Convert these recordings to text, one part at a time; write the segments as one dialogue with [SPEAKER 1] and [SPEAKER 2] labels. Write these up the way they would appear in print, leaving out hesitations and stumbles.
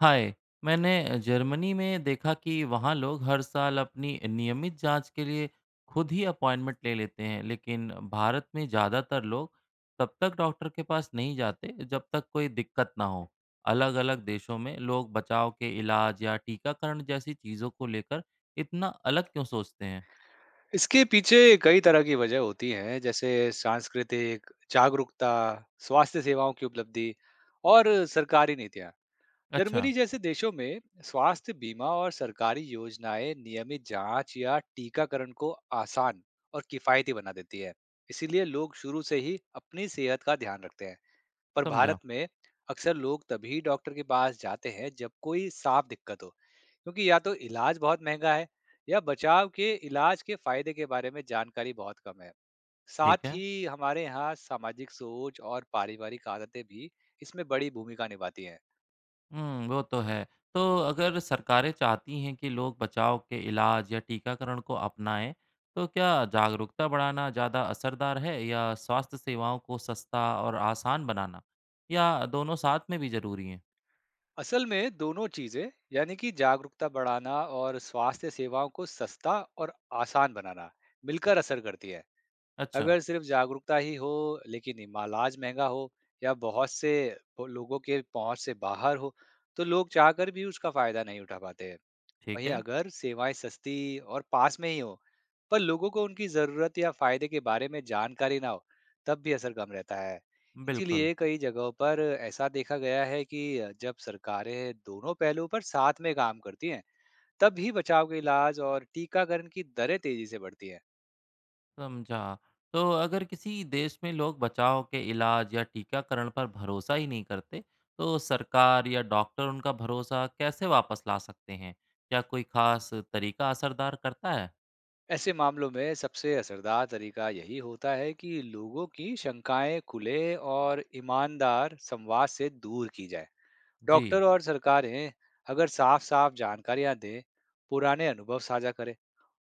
[SPEAKER 1] हाय। मैंने जर्मनी में देखा कि वहाँ लोग हर साल अपनी नियमित जांच के लिए खुद ही अपॉइंटमेंट ले लेते हैं, लेकिन भारत में ज़्यादातर लोग तब तक डॉक्टर के पास नहीं जाते जब तक कोई दिक्कत ना हो। अलग-अलग देशों में लोग बचाव के इलाज या टीकाकरण जैसी चीज़ों को लेकर इतना अलग क्यों सोचते हैं?
[SPEAKER 2] इसके पीछे कई तरह की वजह होती हैं। जैसे सांस्कृतिक जागरूकता, स्वास्थ्य सेवाओं की उपलब्धि और सरकारी नीतियां।
[SPEAKER 1] अच्छा।
[SPEAKER 2] जर्मनी जैसे देशों में स्वास्थ्य बीमा और सरकारी योजनाएं नियमित जांच या टीकाकरण को आसान और किफायती बना देती है। इसीलिए लोग शुरू से ही अपनी सेहत का ध्यान रखते हैं। पर
[SPEAKER 1] समझा।
[SPEAKER 2] भारत में अक्सर लोग तभी डॉक्टर के पास जाते हैं जब कोई साफ दिक्कत हो, क्योंकि या तो इलाज बहुत महंगा है, या बचाव के इलाज के फायदे के बारे में जानकारी बहुत कम है।
[SPEAKER 1] ठीक
[SPEAKER 2] साथ
[SPEAKER 1] है।
[SPEAKER 2] ही हमारे यहाँ सामाजिक सोच और पारिवारिक आदतें भी इसमें बड़ी भूमिका निभाती हैं।
[SPEAKER 1] वो तो है। तो अगर सरकारें चाहती हैं कि लोग बचाव के इलाज या टीकाकरण को अपनाएँ, तो क्या जागरूकता बढ़ाना ज़्यादा असरदार है या स्वास्थ्य सेवाओं को सस्ता और आसान बनाना? या दोनों साथ में भी ज़रूरी हैं?
[SPEAKER 2] असल में दोनों चीजें, यानी कि जागरूकता बढ़ाना और स्वास्थ्य सेवाओं को सस्ता और आसान बनाना, मिलकर असर करती है।
[SPEAKER 1] अच्छा।
[SPEAKER 2] अगर सिर्फ जागरूकता ही हो लेकिन इलाज महंगा हो या बहुत से लोगों के पहुंच से बाहर हो, तो लोग चाहकर भी उसका फायदा नहीं उठा पाते हैं।
[SPEAKER 1] ठीक
[SPEAKER 2] वहीं
[SPEAKER 1] है।
[SPEAKER 2] अगर सेवाएं सस्ती और पास में ही हो पर लोगों को उनकी जरूरत या फायदे के बारे में जानकारी ना हो, तब भी असर कम रहता है।
[SPEAKER 1] बिल्कुल।
[SPEAKER 2] इसीलिए कई जगहों पर ऐसा देखा गया है कि जब सरकारें दोनों पहलुओं पर साथ में काम करती हैं, तब ही बचाव के इलाज और टीकाकरण की दरें तेजी से बढ़ती हैं।
[SPEAKER 1] समझा। तो अगर किसी देश में लोग बचाव के इलाज या टीकाकरण पर भरोसा ही नहीं करते, तो सरकार या डॉक्टर उनका भरोसा कैसे वापस ला सकते हैं? क्या कोई ख़ास तरीका असरदार करता है?
[SPEAKER 2] ऐसे मामलों में सबसे असरदार तरीका यही होता है कि लोगों की शंकाएं खुले और ईमानदार संवाद से दूर की जाए। डॉक्टर
[SPEAKER 1] जी।
[SPEAKER 2] और सरकारें अगर साफ साफ जानकारियां दें, पुराने अनुभव साझा करें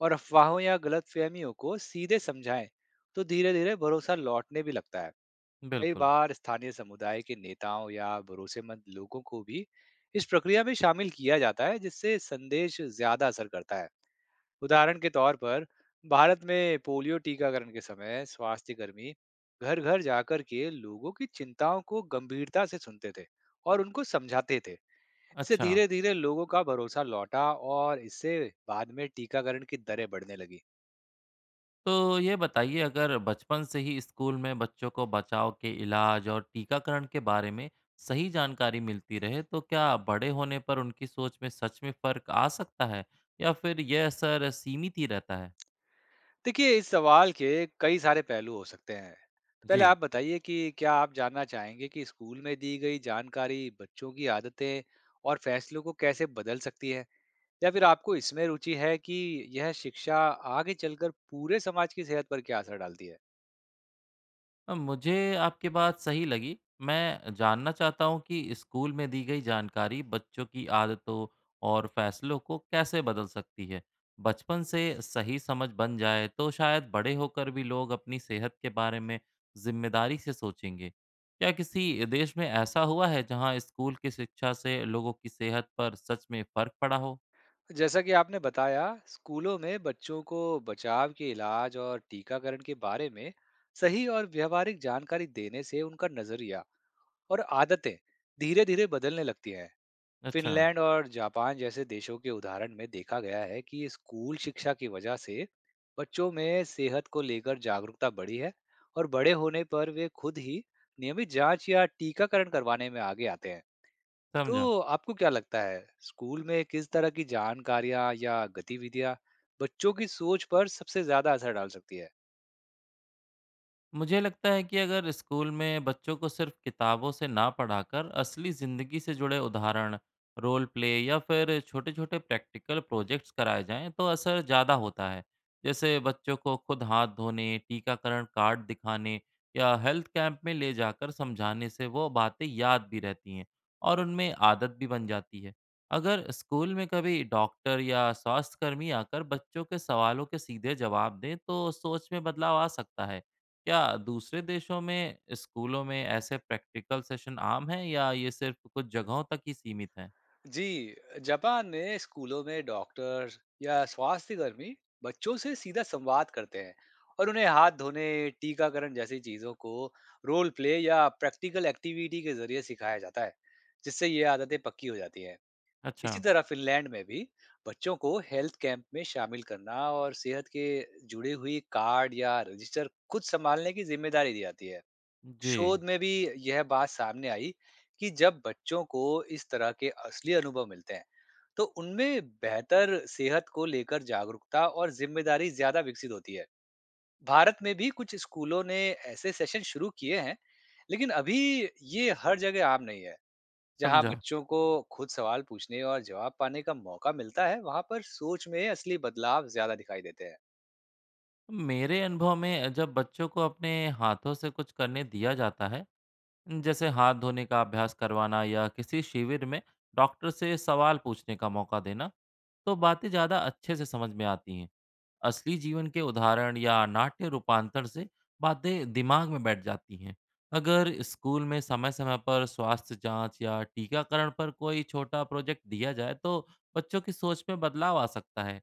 [SPEAKER 2] और अफवाहों या गलत फहमियों को सीधे समझाएं, तो धीरे धीरे भरोसा लौटने भी लगता है। कई
[SPEAKER 1] बिल्कुल।
[SPEAKER 2] बार स्थानीय समुदाय के नेताओं या भरोसेमंद लोगों को भी इस प्रक्रिया में शामिल किया जाता है, जिससे संदेश ज्यादा असर करता है। उदाहरण के तौर पर, भारत में पोलियो टीकाकरण के समय स्वास्थ्यकर्मी घर घर जाकर के लोगों की चिंताओं को गंभीरता से सुनते थे और उनको समझाते थे। इससे
[SPEAKER 1] अच्छा।
[SPEAKER 2] धीरे-धीरे लोगों का भरोसा लौटा और इससे बाद में टीकाकरण की दरें बढ़ने लगी।
[SPEAKER 1] तो ये बताइए, अगर बचपन से ही स्कूल में बच्चों को बचाव के इलाज और टीकाकरण के बारे में सही जानकारी मिलती रहे, तो क्या बड़े होने पर उनकी सोच में सच में फ़र्क आ सकता है या फिर यह असर सीमित ही रहता है?
[SPEAKER 2] देखिए, इस सवाल के कई सारे पहलू हो सकते हैं। पहले
[SPEAKER 1] जी।
[SPEAKER 2] आप बताइए कि क्या आप जानना चाहेंगे कि स्कूल में दी गई जानकारी बच्चों की आदतें और फैसलों को कैसे बदल सकती है? या फिर आपको इसमें रुचि है कि यह शिक्षा आगे चलकर पूरे समाज की सेहत पर क्या असर डालती है?
[SPEAKER 1] मुझे आपकी बात सही लगी। मैं जानना चाहता हूँ कि स्कूल में दी गई जानकारी बच्चों की आदतों और फैसलों को कैसे बदल सकती है? बचपन से सही समझ बन जाए तो शायद बड़े होकर भी लोग अपनी सेहत के बारे में जिम्मेदारी से सोचेंगे। क्या किसी देश में ऐसा हुआ है जहाँ स्कूल की शिक्षा से लोगों की सेहत पर सच में फ़र्क पड़ा हो?
[SPEAKER 2] जैसा कि आपने बताया, स्कूलों में बच्चों को बचाव के इलाज और टीकाकरण के बारे में सही और व्यवहारिक जानकारी देने से उनका नजरिया और आदतें धीरे-धीरे बदलने लगती हैं।
[SPEAKER 1] अच्छा।
[SPEAKER 2] फिनलैंड और जापान जैसे देशों के उदाहरण में देखा गया है कि स्कूल शिक्षा की वजह से बच्चों में सेहत को लेकर जागरूकता बढ़ी है, और बड़े होने पर वे खुद ही नियमित जांच या टीकाकरण करवाने में आगे आते हैं।
[SPEAKER 1] समझा।
[SPEAKER 2] तो आपको क्या लगता है, स्कूल में किस तरह की जानकारियां या गतिविधियां बच्चों की सोच पर सबसे ज्यादा असर डाल सकती है?
[SPEAKER 1] मुझे लगता है कि अगर स्कूल में बच्चों को सिर्फ किताबों से ना पढ़ाकर असली ज़िंदगी से जुड़े उदाहरण, रोल प्ले या फिर छोटे-छोटे प्रैक्टिकल प्रोजेक्ट्स कराए जाएं तो असर ज़्यादा होता है। जैसे बच्चों को खुद हाथ धोने, टीकाकरण कार्ड दिखाने या हेल्थ कैंप में ले जाकर समझाने से वो बातें याद भी रहती हैं और उनमें आदत भी बन जाती है। अगर स्कूल में कभी डॉक्टर या स्वास्थ्यकर्मी आकर बच्चों के सवालों के सीधे जवाब दें तो सोच में बदलाव आ सकता है। क्या दूसरे देशों में स्कूलों में ऐसे प्रैक्टिकल सेशन आम हैं या ये सिर्फ कुछ जगहों तक ही सीमित हैं?
[SPEAKER 2] जी, जापान में स्कूलों में डॉक्टर या स्वास्थ्यकर्मी बच्चों से सीधा संवाद करते हैं और उन्हें हाथ धोने, टीकाकरण जैसी चीजों को रोल प्ले या प्रैक्टिकल एक्टिविटी के जरिए सिखाया जाता है, जिससे ये आदतें पक्की हो जाती हैं। इसी
[SPEAKER 1] अच्छा।
[SPEAKER 2] तरह फिनलैंड में भी बच्चों को हेल्थ कैंप में शामिल करना और सेहत के जुड़े हुई कार्ड या रजिस्टर खुद संभालने की जिम्मेदारी दी जाती है।
[SPEAKER 1] जी।
[SPEAKER 2] शोध में भी यह बात सामने आई कि जब बच्चों को इस तरह के असली अनुभव मिलते हैं, तो उनमें बेहतर सेहत को लेकर जागरूकता और जिम्मेदारी ज्यादा विकसित होती है। भारत में भी कुछ स्कूलों ने ऐसे सेशन शुरू किए हैं, लेकिन अभी ये हर जगह आम नहीं है। जहाँ
[SPEAKER 1] समझा।
[SPEAKER 2] बच्चों को खुद सवाल पूछने और जवाब पाने का मौका मिलता है, वहाँ पर सोच में असली बदलाव ज्यादा दिखाई देते हैं।
[SPEAKER 1] मेरे अनुभव में जब बच्चों को अपने हाथों से कुछ करने दिया जाता है, जैसे हाथ धोने का अभ्यास करवाना या किसी शिविर में डॉक्टर से सवाल पूछने का मौका देना, तो बातें ज़्यादा अच्छे से समझ में आती हैं। असली जीवन के उदाहरण या नाट्य रूपांतर से बातें दिमाग में बैठ जाती हैं। अगर स्कूल में समय समय पर स्वास्थ्य जांच या टीकाकरण पर कोई छोटा प्रोजेक्ट दिया जाए तो बच्चों की सोच में बदलाव आ सकता है।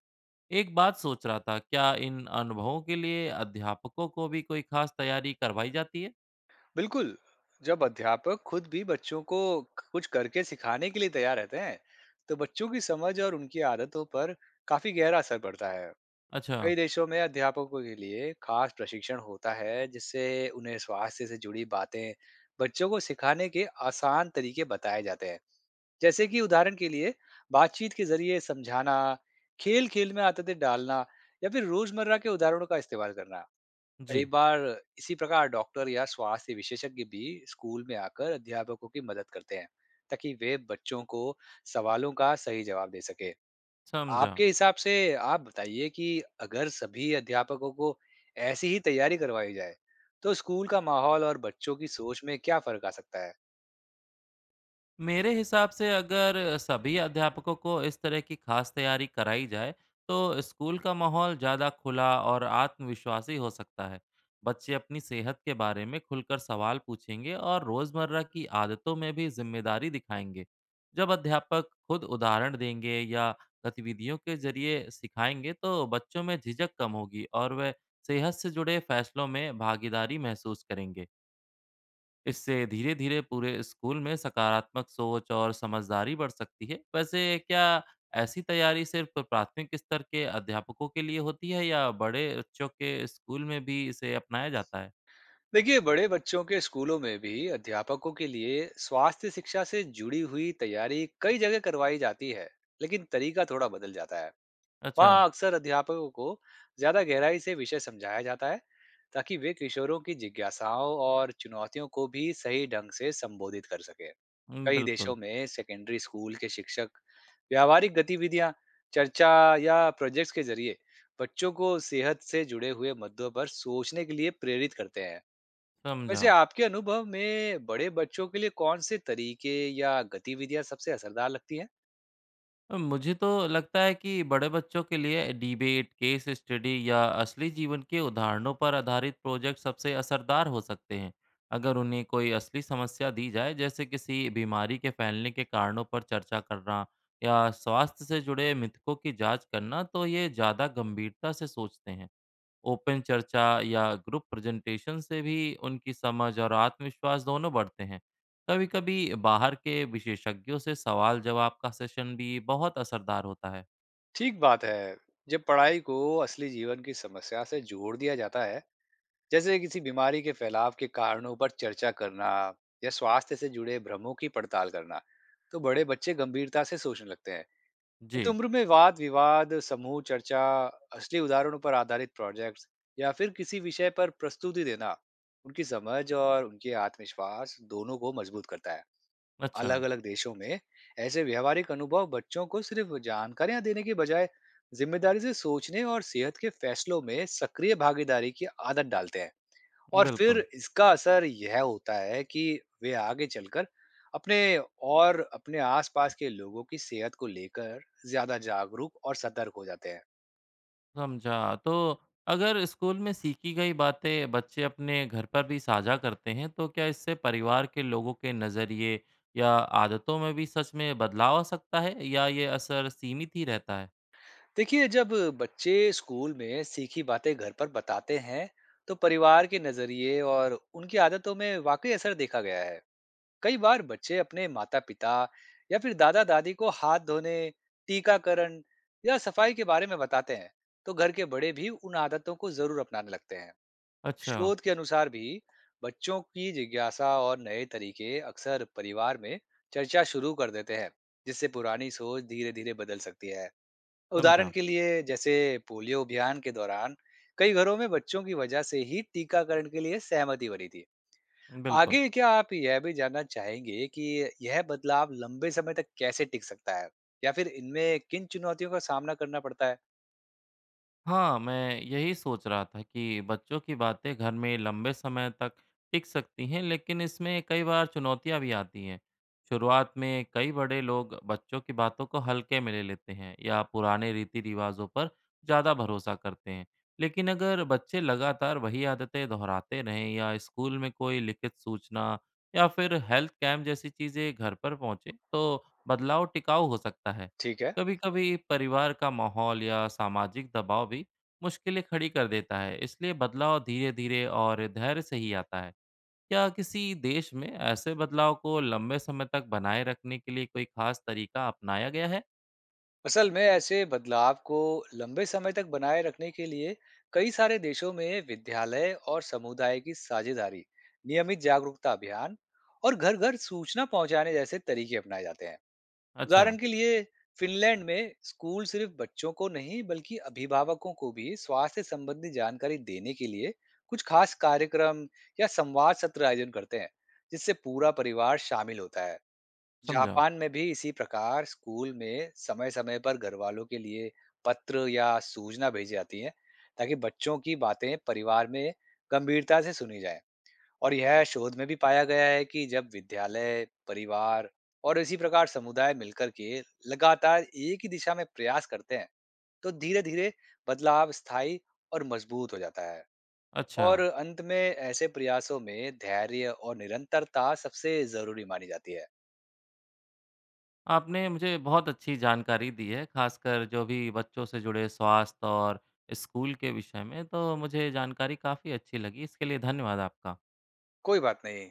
[SPEAKER 1] एक बात सोच रहा था, क्या इन अनुभवों के लिए अध्यापकों को भी कोई खास तैयारी करवाई जाती है?
[SPEAKER 2] बिल्कुल, जब अध्यापक खुद भी बच्चों को कुछ करके सिखाने के लिए तैयार रहते हैं, तो बच्चों की समझ और उनकी आदतों पर काफी गहरा असर पड़ता है।
[SPEAKER 1] अच्छा।
[SPEAKER 2] कई देशों में अध्यापकों के लिए खास प्रशिक्षण होता है, जिससे उन्हें स्वास्थ्य से जुड़ी बातें बच्चों को सिखाने के आसान तरीके बताए जाते हैं। जैसे कि उदाहरण के लिए, बातचीत के जरिए समझाना, खेल खेल में आदतें डालना या फिर रोजमर्रा के उदाहरणों का इस्तेमाल करना। कई
[SPEAKER 1] जी।
[SPEAKER 2] बार इसी प्रकार डॉक्टर या स्वास्थ्य विशेषज्ञ भी स्कूल में आकर अध्यापकों की मदद करते हैं, ताकि वे बच्चों को सवालों का सही जवाब दे सके।
[SPEAKER 1] समझा।
[SPEAKER 2] आपके हिसाब से आप बताइए कि अगर सभी अध्यापकों को ऐसी ही तैयारी करवाई जाए, तो स्कूल का माहौल और बच्चों की सोच में क्या फर्क आ सकता है?
[SPEAKER 1] मेरे हिसाब से अगर सभी अध्यापकों को इस तरह की खास तैयारी कराई जाए तो स्कूल का माहौल ज़्यादा खुला और आत्मविश्वासी हो सकता है। बच्चे अपनी सेहत के बारे में खुलकर सवाल पूछेंगे और रोज़मर्रा की आदतों में भी जिम्मेदारी दिखाएंगे। जब अध्यापक खुद उदाहरण देंगे या गतिविधियों के जरिए सिखाएंगे तो बच्चों में झिझक कम होगी और वे सेहत से जुड़े फैसलों में भागीदारी महसूस करेंगे। इससे धीरे धीरे पूरे स्कूल में सकारात्मक सोच और समझदारी बढ़ सकती है। वैसे, क्या ऐसी तैयारी सिर्फ प्राथमिक स्तर के अध्यापकों के लिए होती है या बड़े बच्चों के स्कूल में भी इसे अपनाया जाता है?
[SPEAKER 2] देखिए, बड़े बच्चों के स्कूलों में भी अध्यापकों के लिए स्वास्थ्य शिक्षा से जुड़ी हुई तैयारी कई जगह करवाई जाती है, लेकिन तरीका थोड़ा बदल जाता है।
[SPEAKER 1] अच्छा।
[SPEAKER 2] वहाँ अक्सर अध्यापकों को ज्यादा गहराई से विषय समझाया जाता है, ताकि वे किशोरों की जिज्ञासाओं और चुनौतियों को भी सही ढंग से संबोधित कर सके। कई
[SPEAKER 1] बिल्कुल।
[SPEAKER 2] देशों में सेकेंडरी स्कूल के शिक्षक व्यावहारिक गतिविधियां, चर्चा या प्रोजेक्ट्स के जरिए बच्चों को सेहत से जुड़े हुए मुद्दों पर सोचने के लिए प्रेरित करते हैं।
[SPEAKER 1] समझा।
[SPEAKER 2] वैसे आपके अनुभव में बड़े बच्चों के लिए कौन से तरीके या गतिविधियां सबसे असरदार लगती हैं?
[SPEAKER 1] मुझे तो लगता है कि बड़े बच्चों के लिए डिबेट, केस स्टडी या असली जीवन के उदाहरणों पर आधारित प्रोजेक्ट सबसे असरदार हो सकते हैं। अगर उन्हें कोई असली समस्या दी जाए, जैसे किसी बीमारी के फैलने के कारणों पर चर्चा करना या स्वास्थ्य से जुड़े मिथकों की जांच करना, तो ये ज़्यादा गंभीरता से सोचते हैं। ओपन चर्चा या ग्रुप प्रेजेंटेशन से भी उनकी समझ और आत्मविश्वास दोनों बढ़ते हैं। कभी-कभी बाहर के विशेषज्ञों से सवाल जवाब का सेशन भी बहुत असरदार होता है।
[SPEAKER 2] ठीक बात है। जब पढ़ाई को असली जीवन की समस्या से जोड़ दिया जाता है, जैसे किसी बीमारी के फैलाव के कारणों पर चर्चा करना या स्वास्थ्य से जुड़े भ्रमों की पड़ताल करना, तो बड़े बच्चे गंभीरता से सोचने लगते हैं। इस
[SPEAKER 1] जी।
[SPEAKER 2] उम्र में वाद विवाद, समूह चर्चा, असली उदाहरणों पर आधारित प्रोजेक्ट्स या फिर किसी विषय पर प्रस्तुति देना उनकी समझ और उनके आत्मविश्वास दोनों को मजबूत करता है।
[SPEAKER 1] अच्छा।
[SPEAKER 2] अलग अलग देशों में ऐसे व्यवहारिक अनुभव बच्चों को सिर्फ जानकारियां देने के बजाय जिम्मेदारी से सोचने और सेहत के फैसलों में सक्रिय भागीदारी की आदत डालते हैं। और फिर
[SPEAKER 1] बिल्कुल।
[SPEAKER 2] इसका असर यह होता है कि वे आगे चलकर अपने और अपने आसपास के लोगों की सेहत को लेकर ज्यादा जागरूक और सतर्क हो जाते हैं।
[SPEAKER 1] समझा। तो अगर स्कूल में सीखी गई बातें बच्चे अपने घर पर भी साझा करते हैं तो क्या इससे परिवार के लोगों के नज़रिए या आदतों में भी सच में बदलाव आ सकता है या ये असर सीमित ही रहता है?
[SPEAKER 2] देखिए, जब बच्चे स्कूल में सीखी बातें घर पर बताते हैं, तो परिवार के नजरिए और उनकी आदतों में वाकई असर देखा गया है। कई बार बच्चे अपने माता पिता या फिर दादा दादी को हाथ धोने, टीकाकरण या सफाई के बारे में बताते हैं, तो घर के बड़े भी उन आदतों को जरूर अपनाने लगते हैं।
[SPEAKER 1] अच्छा।
[SPEAKER 2] शोध के अनुसार भी बच्चों की जिज्ञासा और नए तरीके अक्सर परिवार में चर्चा शुरू कर देते हैं, जिससे पुरानी सोच धीरे धीरे बदल सकती है। उदाहरण
[SPEAKER 1] समझा।
[SPEAKER 2] के लिए, जैसे पोलियो अभियान के दौरान कई घरों में बच्चों की वजह से ही टीकाकरण के लिए सहमति बनी थी।
[SPEAKER 1] बिल्कुल।
[SPEAKER 2] आगे क्या आप यह भी जानना चाहेंगे कि यह बदलाव लंबे समय तक कैसे टिक सकता है, या फिर इनमें किन चुनौतियों का सामना करना पड़ता है?
[SPEAKER 1] हाँ, मैं यही सोच रहा था कि बच्चों की बातें घर में लंबे समय तक टिक सकती हैं, लेकिन इसमें कई बार चुनौतियां भी आती हैं। शुरुआत में कई बड़े लोग बच्चों की बातों को हल्के में ले लेते हैं या पुराने रीति रिवाजों पर ज़्यादा भरोसा करते हैं। लेकिन अगर बच्चे लगातार वही आदतें दोहराते रहें या स्कूल में कोई लिखित सूचना या फिर हेल्थ कैंप जैसी चीज़ें घर पर पहुंचे, तो बदलाव टिकाऊ हो सकता है।
[SPEAKER 2] ठीक है।
[SPEAKER 1] कभी-कभी परिवार का माहौल या सामाजिक दबाव भी मुश्किलें खड़ी कर देता है, इसलिए बदलाव धीरे-धीरे और धैर्य से ही आता है। क्या किसी देश में ऐसे बदलाव को लंबे समय तक बनाए रखने के लिए कोई खास तरीका अपनाया गया है?
[SPEAKER 2] असल में ऐसे बदलाव को लंबे समय तक बनाए रखने के लिए कई सारे देशों में विद्यालय और समुदाय की साझेदारी, नियमित जागरूकता अभियान और घर घर सूचना पहुंचाने जैसे तरीके अपनाए जाते हैं।
[SPEAKER 1] अच्छा।
[SPEAKER 2] उदाहरण के लिए, फिनलैंड में स्कूल सिर्फ बच्चों को नहीं बल्कि अभिभावकों को भी स्वास्थ्य संबंधी जानकारी देने के लिए कुछ खास कार्यक्रम या संवाद सत्र आयोजन करते हैं, जिससे पूरा परिवार शामिल होता है।
[SPEAKER 1] समझा।
[SPEAKER 2] जापान में भी इसी प्रकार स्कूल में समय समय पर घर वालों के लिए पत्र या सूचना भेजी जाती है, ताकि बच्चों की बातें परिवार में गंभीरता से सुनी जाए। और यह शोध में भी पाया गया है कि जब विद्यालय, परिवार और इसी प्रकार समुदाय मिलकर के लगातार एक ही दिशा में प्रयास करते हैं, तो धीरे-धीरे बदलाव स्थायी और मजबूत हो जाता है।
[SPEAKER 1] अच्छा,
[SPEAKER 2] और अंत में ऐसे प्रयासों में धैर्य और निरंतरता सबसे जरूरी मानी जाती है।
[SPEAKER 1] आपने मुझे बहुत अच्छी जानकारी दी है, खासकर जो भी बच्चों से जुड़े स्वास्थ्य और स्कूल के विषय में, तो मुझे जानकारी काफ़ी अच्छी लगी। इसके लिए धन्यवाद आपका।
[SPEAKER 2] कोई बात नहीं।